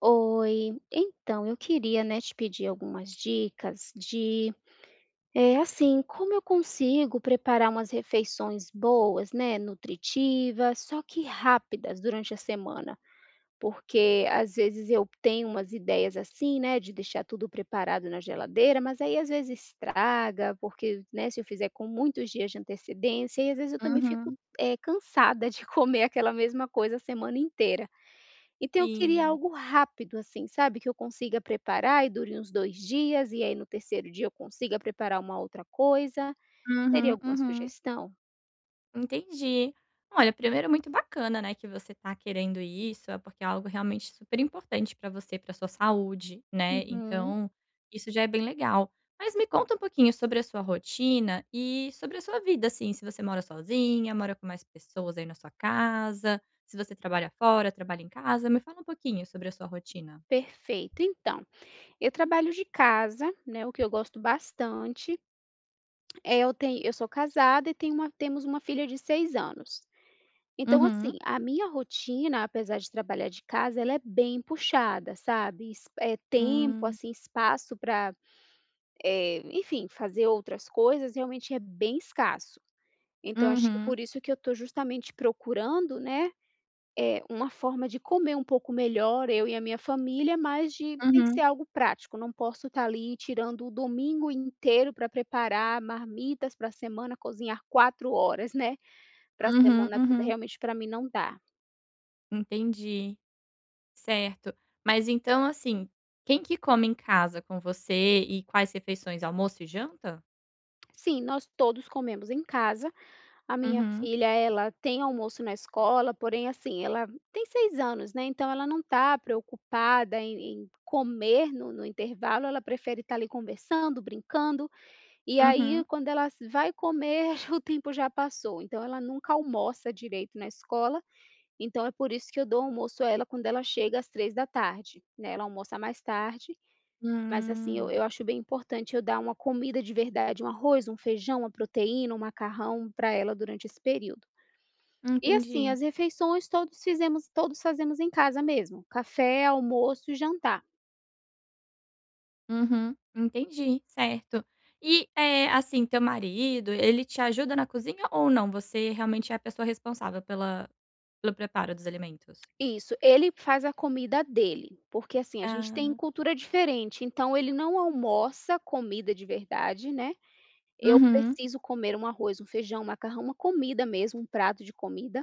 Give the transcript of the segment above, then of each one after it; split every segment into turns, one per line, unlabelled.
Oi, então eu queria, né, te pedir algumas dicas de, assim, como eu consigo preparar umas refeições boas, né, nutritivas, só que rápidas durante a semana. Porque às vezes eu tenho umas ideias assim, né, de deixar tudo preparado na geladeira, mas aí às vezes estraga, porque, né, se eu fizer com muitos dias de antecedência, e às vezes eu também fico,
Uhum.
cansada de comer aquela mesma coisa a semana inteira. Então eu queria
Sim.
algo rápido, assim, sabe, que eu consiga preparar e dure uns 2 dias, e aí no terceiro dia eu consiga preparar uma outra coisa. Teria
Uhum,
alguma
uhum.
sugestão?
Entendi. Olha, primeiro é muito bacana, né, que você tá querendo isso, é porque é algo realmente super importante pra você, pra sua saúde, né,
Uhum,
então isso já é bem legal. Mas me conta um pouquinho sobre a sua rotina e sobre a sua vida, assim, se você mora sozinha, mora com mais pessoas aí na sua casa, se você trabalha fora, trabalha em casa, me fala um pouquinho sobre a sua rotina.
perfeito. Então, eu trabalho de casa, né, o que eu gosto bastante, eu sou casada e tenho uma temos uma filha de 6 anos. Então
Uhum.
assim, a minha rotina, apesar de trabalhar de casa, ela é bem puxada, sabe, tempo,
Hum.
assim, espaço para... Enfim, fazer outras coisas realmente é bem escasso. Então acho que
Uhum.
por isso que eu estou justamente procurando, né, uma forma de comer um pouco melhor, eu e a minha família, mas de tem que ser
Uhum.
algo prático, não posso estar ali tirando o domingo inteiro para preparar marmitas para a semana, cozinhar 4 horas, né, para a
Uhum,
semana toda,
uhum.
realmente para mim não dá.
Entendi. Certo. Mas então, assim, quem que come em casa com você e quais refeições? Almoço e janta?
Sim, nós todos comemos em casa. A minha
Uhum,
filha, ela tem almoço na escola, porém, assim, ela tem 6 anos, né, então ela não está preocupada em comer no intervalo, ela prefere estar ali conversando, brincando, e aí
uhum.
quando ela s vai comer o tempo já passou, então ela nunca almoça direito na escola, então é por isso que eu dou almoço a ela quando ela chega às 15h, né, ela almoça mais tarde, mas assim, eu
Hum,
eu acho bem importante eu dar uma comida de verdade, um arroz, um feijão, uma proteína, um macarrão para ela durante esse período. E assim,
entendi.
as refeições todos fazemos em casa mesmo, café, almoço e jantar.
Uhum, entendi, certo. E, assim, teu marido, ele te ajuda na cozinha ou não? Você realmente é a pessoa responsável pela pelo preparo dos alimentos?
Isso, ele faz a comida dele, porque assim, a gente tem
Ah.
cultura diferente, então ele não almoça comida de verdade, né. Eu
Uhum,
preciso comer um arroz, um feijão, um macarrão, uma comida mesmo, um prato de comida.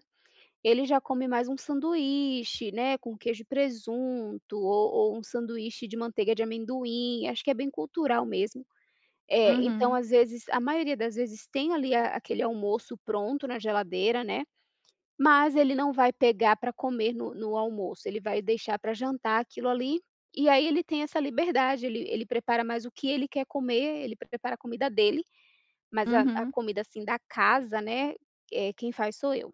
Ele já come mais um sanduíche, né, com queijo e presunto ou um sanduíche de manteiga de amendoim, acho que é bem cultural mesmo. É, então
uhum,
às vezes a maioria das vezes tem ali a aquele almoço pronto na geladeira, né, mas ele não vai pegar para comer no almoço, ele vai deixar para jantar aquilo ali, e aí ele tem essa liberdade, ele prepara mais o que ele quer comer, ele prepara a comida dele, mas a
uhum.
comida, assim, da casa, né, é quem faz sou eu.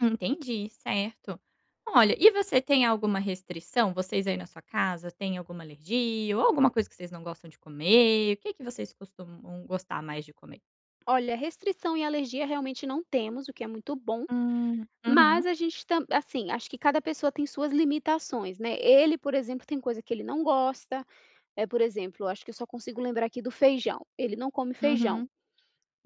Entendi, certo. Olha, e você tem alguma restrição? Vocês aí na sua casa têm alguma alergia ou alguma coisa que vocês não gostam de comer? O que que vocês costumam gostar mais de comer?
Olha, restrição e alergia realmente não temos, o que é muito bom,
Hum. Uhum.
mas a gente tam assim, acho que cada pessoa tem suas limitações, né. Ele, por exemplo, tem coisa que ele não gosta. É, por exemplo, eu acho que eu só consigo lembrar aqui do feijão, ele não come feijão.
Uhum.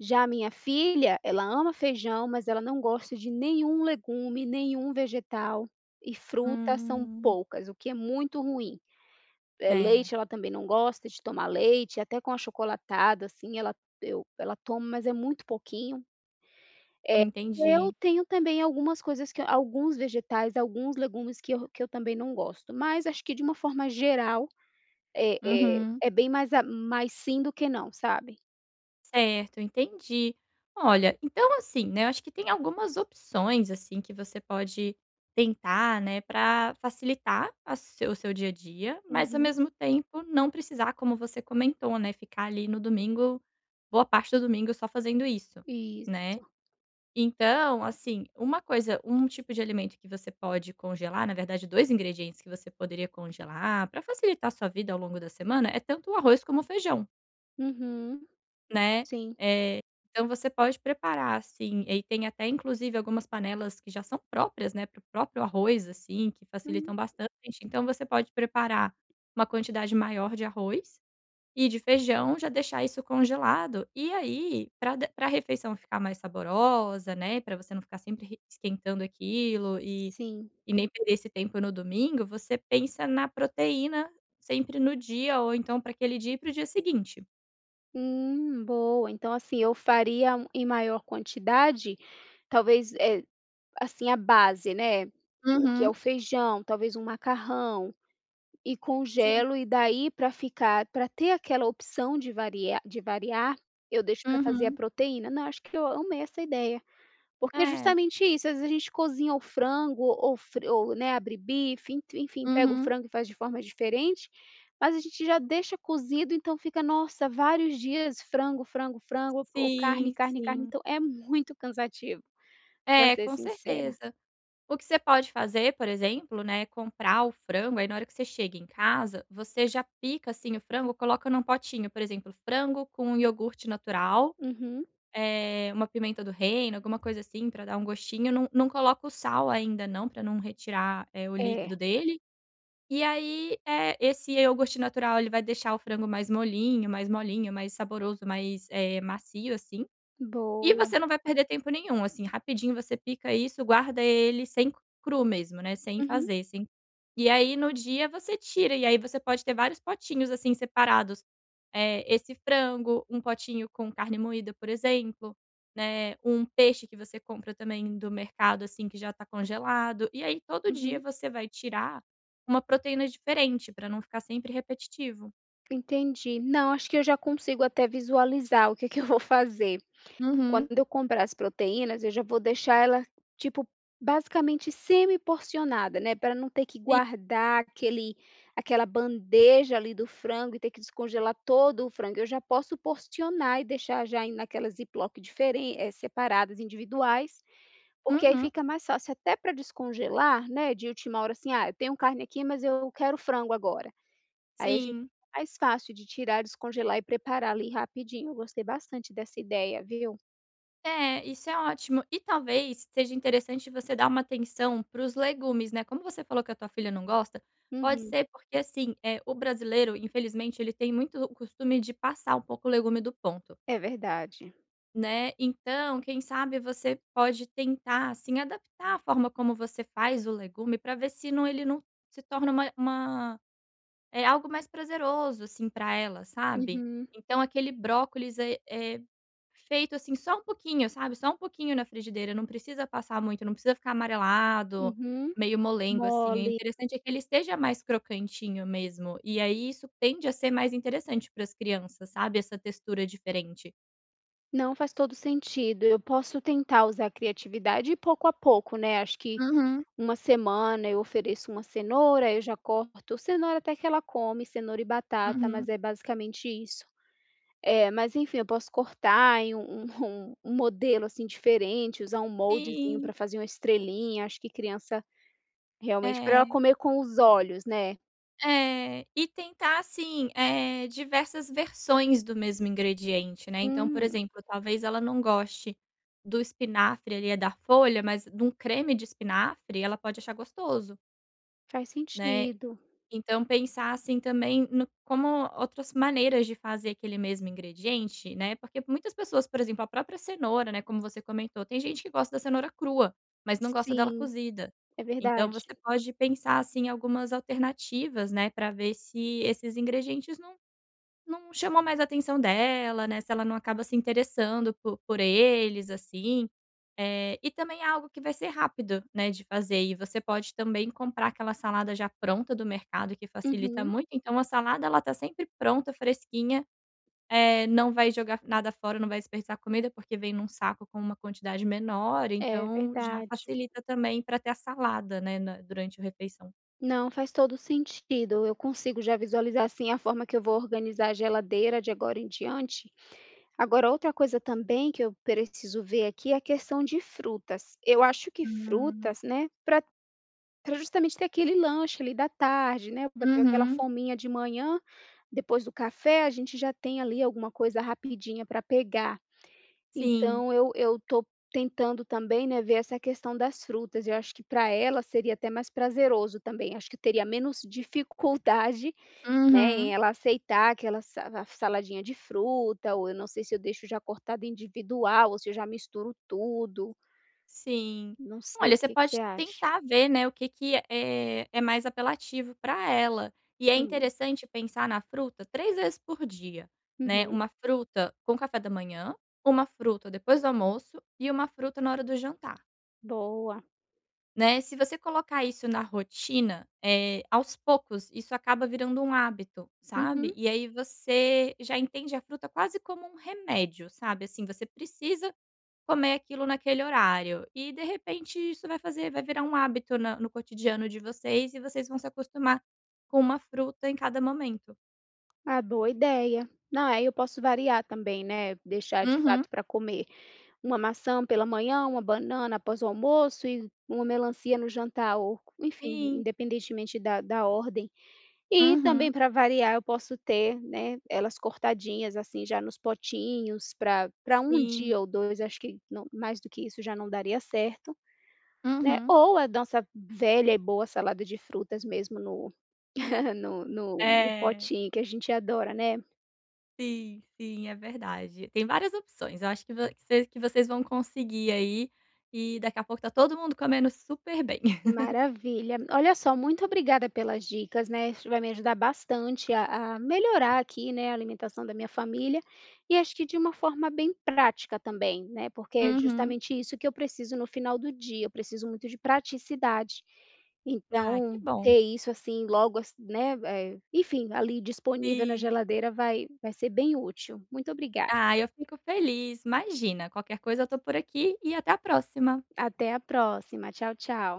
Já a minha filha, ela ama feijão, mas ela não gosta de nenhum legume, nenhum vegetal, e frutas são
Hum.
poucas, o que é muito ruim.
É,
Leite ela também não gosta de tomar leite, até com achocolatado, assim, ela toma, mas é muito pouquinho. Eh, eu
entendi.
tenho também algumas coisas que alguns vegetais, alguns legumes que eu também não gosto, mas acho que de uma forma geral, é
Uhum.
é bem mais a mais sim do que não, sabe?
Certo, entendi. Olha, então assim, né, eu acho que tem algumas opções, assim, que você pode tentar, né, para facilitar a seu o seu dia a dia, mas ao
Uhum.
mesmo tempo não precisar, como você comentou, né, ficar ali no domingo, boa parte do domingo só fazendo isso,
Isso.
né. Então, assim, uma coisa um tipo de alimento que você pode congelar, na verdade 2 ingredientes que você poderia congelar para facilitar a sua vida ao longo da semana, é tanto o arroz como o feijão.
Uhum.
Né,
Sim.
eh, então você pode preparar, assim, e aí tem até inclusive algumas panelas que já são próprias, né, para o próprio arroz, assim, que facilitam
Hum,
bastante, então você pode preparar uma quantidade maior de arroz e de feijão, já deixar isso congelado, e aí para de pra refeição ficar mais saborosa, né, para você não ficar sempre re esquentando aquilo e
sim.
nem perder esse tempo no domingo, você pensa na proteína sempre no dia ou então para aquele dia e para o dia seguinte.
Boa. Então, assim, eu faria em maior quantidade, talvez, é assim, a base, né, o que é
Uhum.
o feijão, talvez um macarrão, e
Sim.
congelo, e daí para ficar para ter aquela opção de variar, eu deixo para fazer a
Uhum.
proteína. Não, acho que eu amei essa ideia. Porque é
É.
justamente isso, às vezes a gente cozinha o frango ou, né, abre bife, ent enfim, pega o
Uhum.
frango e faz de forma diferente, mas a gente já deixa cozido, então fica, nossa, vários dias frango, frango, frango ou carne,
Sim,
carne, carne,
sim.
então é muito cansativo, pra
É,
ser
com
sincera.
certeza. O que você pode fazer, por exemplo, né, é comprar o frango, aí na hora que você chega em casa, você já pica, assim, o frango, coloca num potinho, por exemplo, frango com iogurte natural,
Uhum.
uma pimenta do reino, alguma coisa assim pra dar um gostinho, não coloca o sal ainda não, pra não retirar, o
É,
líquido dele. E aí, esse iogurte natural, ele vai deixar o frango mais molinho mais molinho, mais saboroso, mais, macio, assim. E
boa.
você não vai perder tempo nenhum, assim, rapidinho você pica isso, guarda ele sem cru mesmo, né, sem
Uhum,
fazer, sem e aí no dia você tira, e aí você pode ter vários potinhos, assim, separados, esse frango, um potinho com carne moída, por exemplo, né, um peixe que você compra também do mercado, assim, que já tá congelado, e aí todo dia
uhum.
você vai tirar uma proteína diferente pra não ficar sempre repetitivo.
Entendi. Não, acho que eu já consigo até visualizar o que é que eu vou fazer.
Uhum.
Quando eu comprar as proteínas, eu já vou deixar ela, tipo, basicamente semi-porcionada, né, para não ter que
Sim.
guardar aquele aquela bandeja ali do frango e ter que descongelar todo o frango. Eu já posso porcionar e deixar já naquelas Ziploc separadas, individuais, porque aí
Uhum.
fica mais fácil até para descongelar, né, de última hora, assim: "Ah, eu tenho carne aqui, mas eu quero frango agora". Aí a gente
Sim.
fica mais fácil de tirar, descongelar e preparar ali rapidinho. Eu gostei bastante dessa ideia, viu?
É, isso é ótimo. E talvez seja interessante você dar uma atenção para os legumes, né. Como você falou que a tua filha não gosta, pode
Uhum.
ser porque, assim, é o brasileiro, infelizmente, ele tem muito o costume de passar um pouco o legume do ponto,
É verdade.
né. Então, quem sabe você pode tentar, assim, adaptar a forma como você faz o legume para ver se não ele não se torna uma é algo mais prazeroso, assim, pra ela, sabe.
Uhum,
Então aquele brócolis é feito, assim, só um pouquinho, sabe, só um pouquinho na frigideira, não precisa passar muito, não precisa ficar amarelado,
uhum.
meio molengo, assim. O
Mole.
interessante é que ele esteja mais crocantinho mesmo, e aí isso tende a ser mais interessante para as crianças, sabe, essa textura diferente.
Não, faz todo sentido. Eu posso tentar usar a criatividade pouco a pouco, né, acho que
Uhum.
uma semana eu ofereço uma cenoura, eu já corto cenoura até que ela come, cenoura e batata,
Uhum.
mas é basicamente isso. É, mas enfim, eu posso cortar em um modelo, assim, diferente, usar um moldezinho para
Sim,
fazer uma estrelinha, acho que criança realmente para ela
é.
comer com os olhos, né.
É, e tentar assim, diversas versões do mesmo ingrediente, né, então, por
Hum,
exemplo, talvez ela não goste do espinafre, ali, é da folha, mas de um creme de espinafre ela pode achar gostoso,
faz
né.
sentido.
Então pensar, assim, também no como outras maneiras de fazer aquele mesmo ingrediente, né, porque muitas pessoas, por exemplo, a própria cenoura, né, como você comentou, tem gente que gosta da cenoura crua, mas não gosta dela
Sim,
cozida.
é
Então
verdade.
você pode pensar, assim, algumas alternativas, né, para ver se esses ingredientes não chamou mais a atenção dela, né, se ela não acaba se interessando po por eles, assim. E também é algo que vai ser rápido, né, de fazer e você pode também comprar aquela salada já pronta do mercado que facilita
Uhum,
muito, então a salada ela tá sempre pronta, fresquinha, não vai jogar nada fora, não vai desperdiçar comida, porque vem num saco com uma quantidade menor,
é
então já
verdade.
facilita também para ter a salada, né, na durante a refeição.
Não, faz todo sentido. Eu consigo já visualizar, assim, a forma que eu vou organizar a geladeira de agora em diante. Agora, outra coisa também que eu preciso ver aqui é a questão de frutas. Eu acho que
Hum.
frutas, né, para justamente ter aquele lanche ali da tarde, né, bateu aquela
Uhum.
fominha de manhã, depois do café, a gente já tem ali alguma coisa rapidinha para pegar.
Sim.
Então eu tô tentando também, né, ver essa questão das frutas, eu acho que para ela seria até mais prazeroso também, acho que teria menos dificuldade, né,
Uhum.
em ela aceitar aquela sa a saladinha de fruta ou eu não sei se eu deixo já cortada individual ou se eu já misturo tudo,
Sim.
não sei,
Olha,
o
você
que que você
pode
acha?
tentar ver, né, o que que é mais apelativo para ela. E é
Hum,
interessante pensar na fruta 3 vezes por dia, né,
uhum,
uma fruta com café da manhã, uma fruta depois do almoço e uma fruta na hora do jantar,
boa.
né. Se você colocar isso na rotina, é aos poucos isso acaba virando um hábito,
Uhum.
sabe. E aí você já entende a fruta quase como um remédio, sabe, assim, você precisa comer aquilo naquele horário. E de repente isso vai virar um hábito na no cotidiano de vocês e vocês vão se acostumar com uma fruta em cada momento.
Ah, boa ideia. Não, aí eu posso variar também, né, deixar de
Uhum.
fato para comer. Uma maçã pela manhã, uma banana após o almoço e uma melancia no jantar ou enfim,
Sim.
independentemente da ordem. E também
Uhum.
para variar eu posso ter, né, elas cortadinhas, assim, já nos potinhos para um
Sim.
dia ou dois, acho que não mais do que isso já não daria certo, né,
Uhum.
ou a nossa velha e boa salada de frutas mesmo no no
É.
potinho que a gente adora, né.
Sim, sim, é verdade. Tem várias opções, eu acho que vo que vocês vão conseguir aí, e daqui a pouco tá todo mundo comendo super bem.
Maravilha. Olha só, muito obrigada pelas dicas, né, isso vai me ajudar bastante a melhorar aqui, né, a alimentação da minha família, e acho que de uma forma bem prática também, né, porque é
Uhum.
justamente isso que eu preciso no final do dia, eu preciso muito de praticidade.
Ah, que
Então,
bom.
ter isso, assim, logo ass né, enfim, ali disponível na
Sim.
geladeira vai ser bem útil. Muito obrigada.
Ah, eu fico feliz, imagina, qualquer coisa eu tô por aqui e até a próxima.
Até a próxima. Tchau, tchau.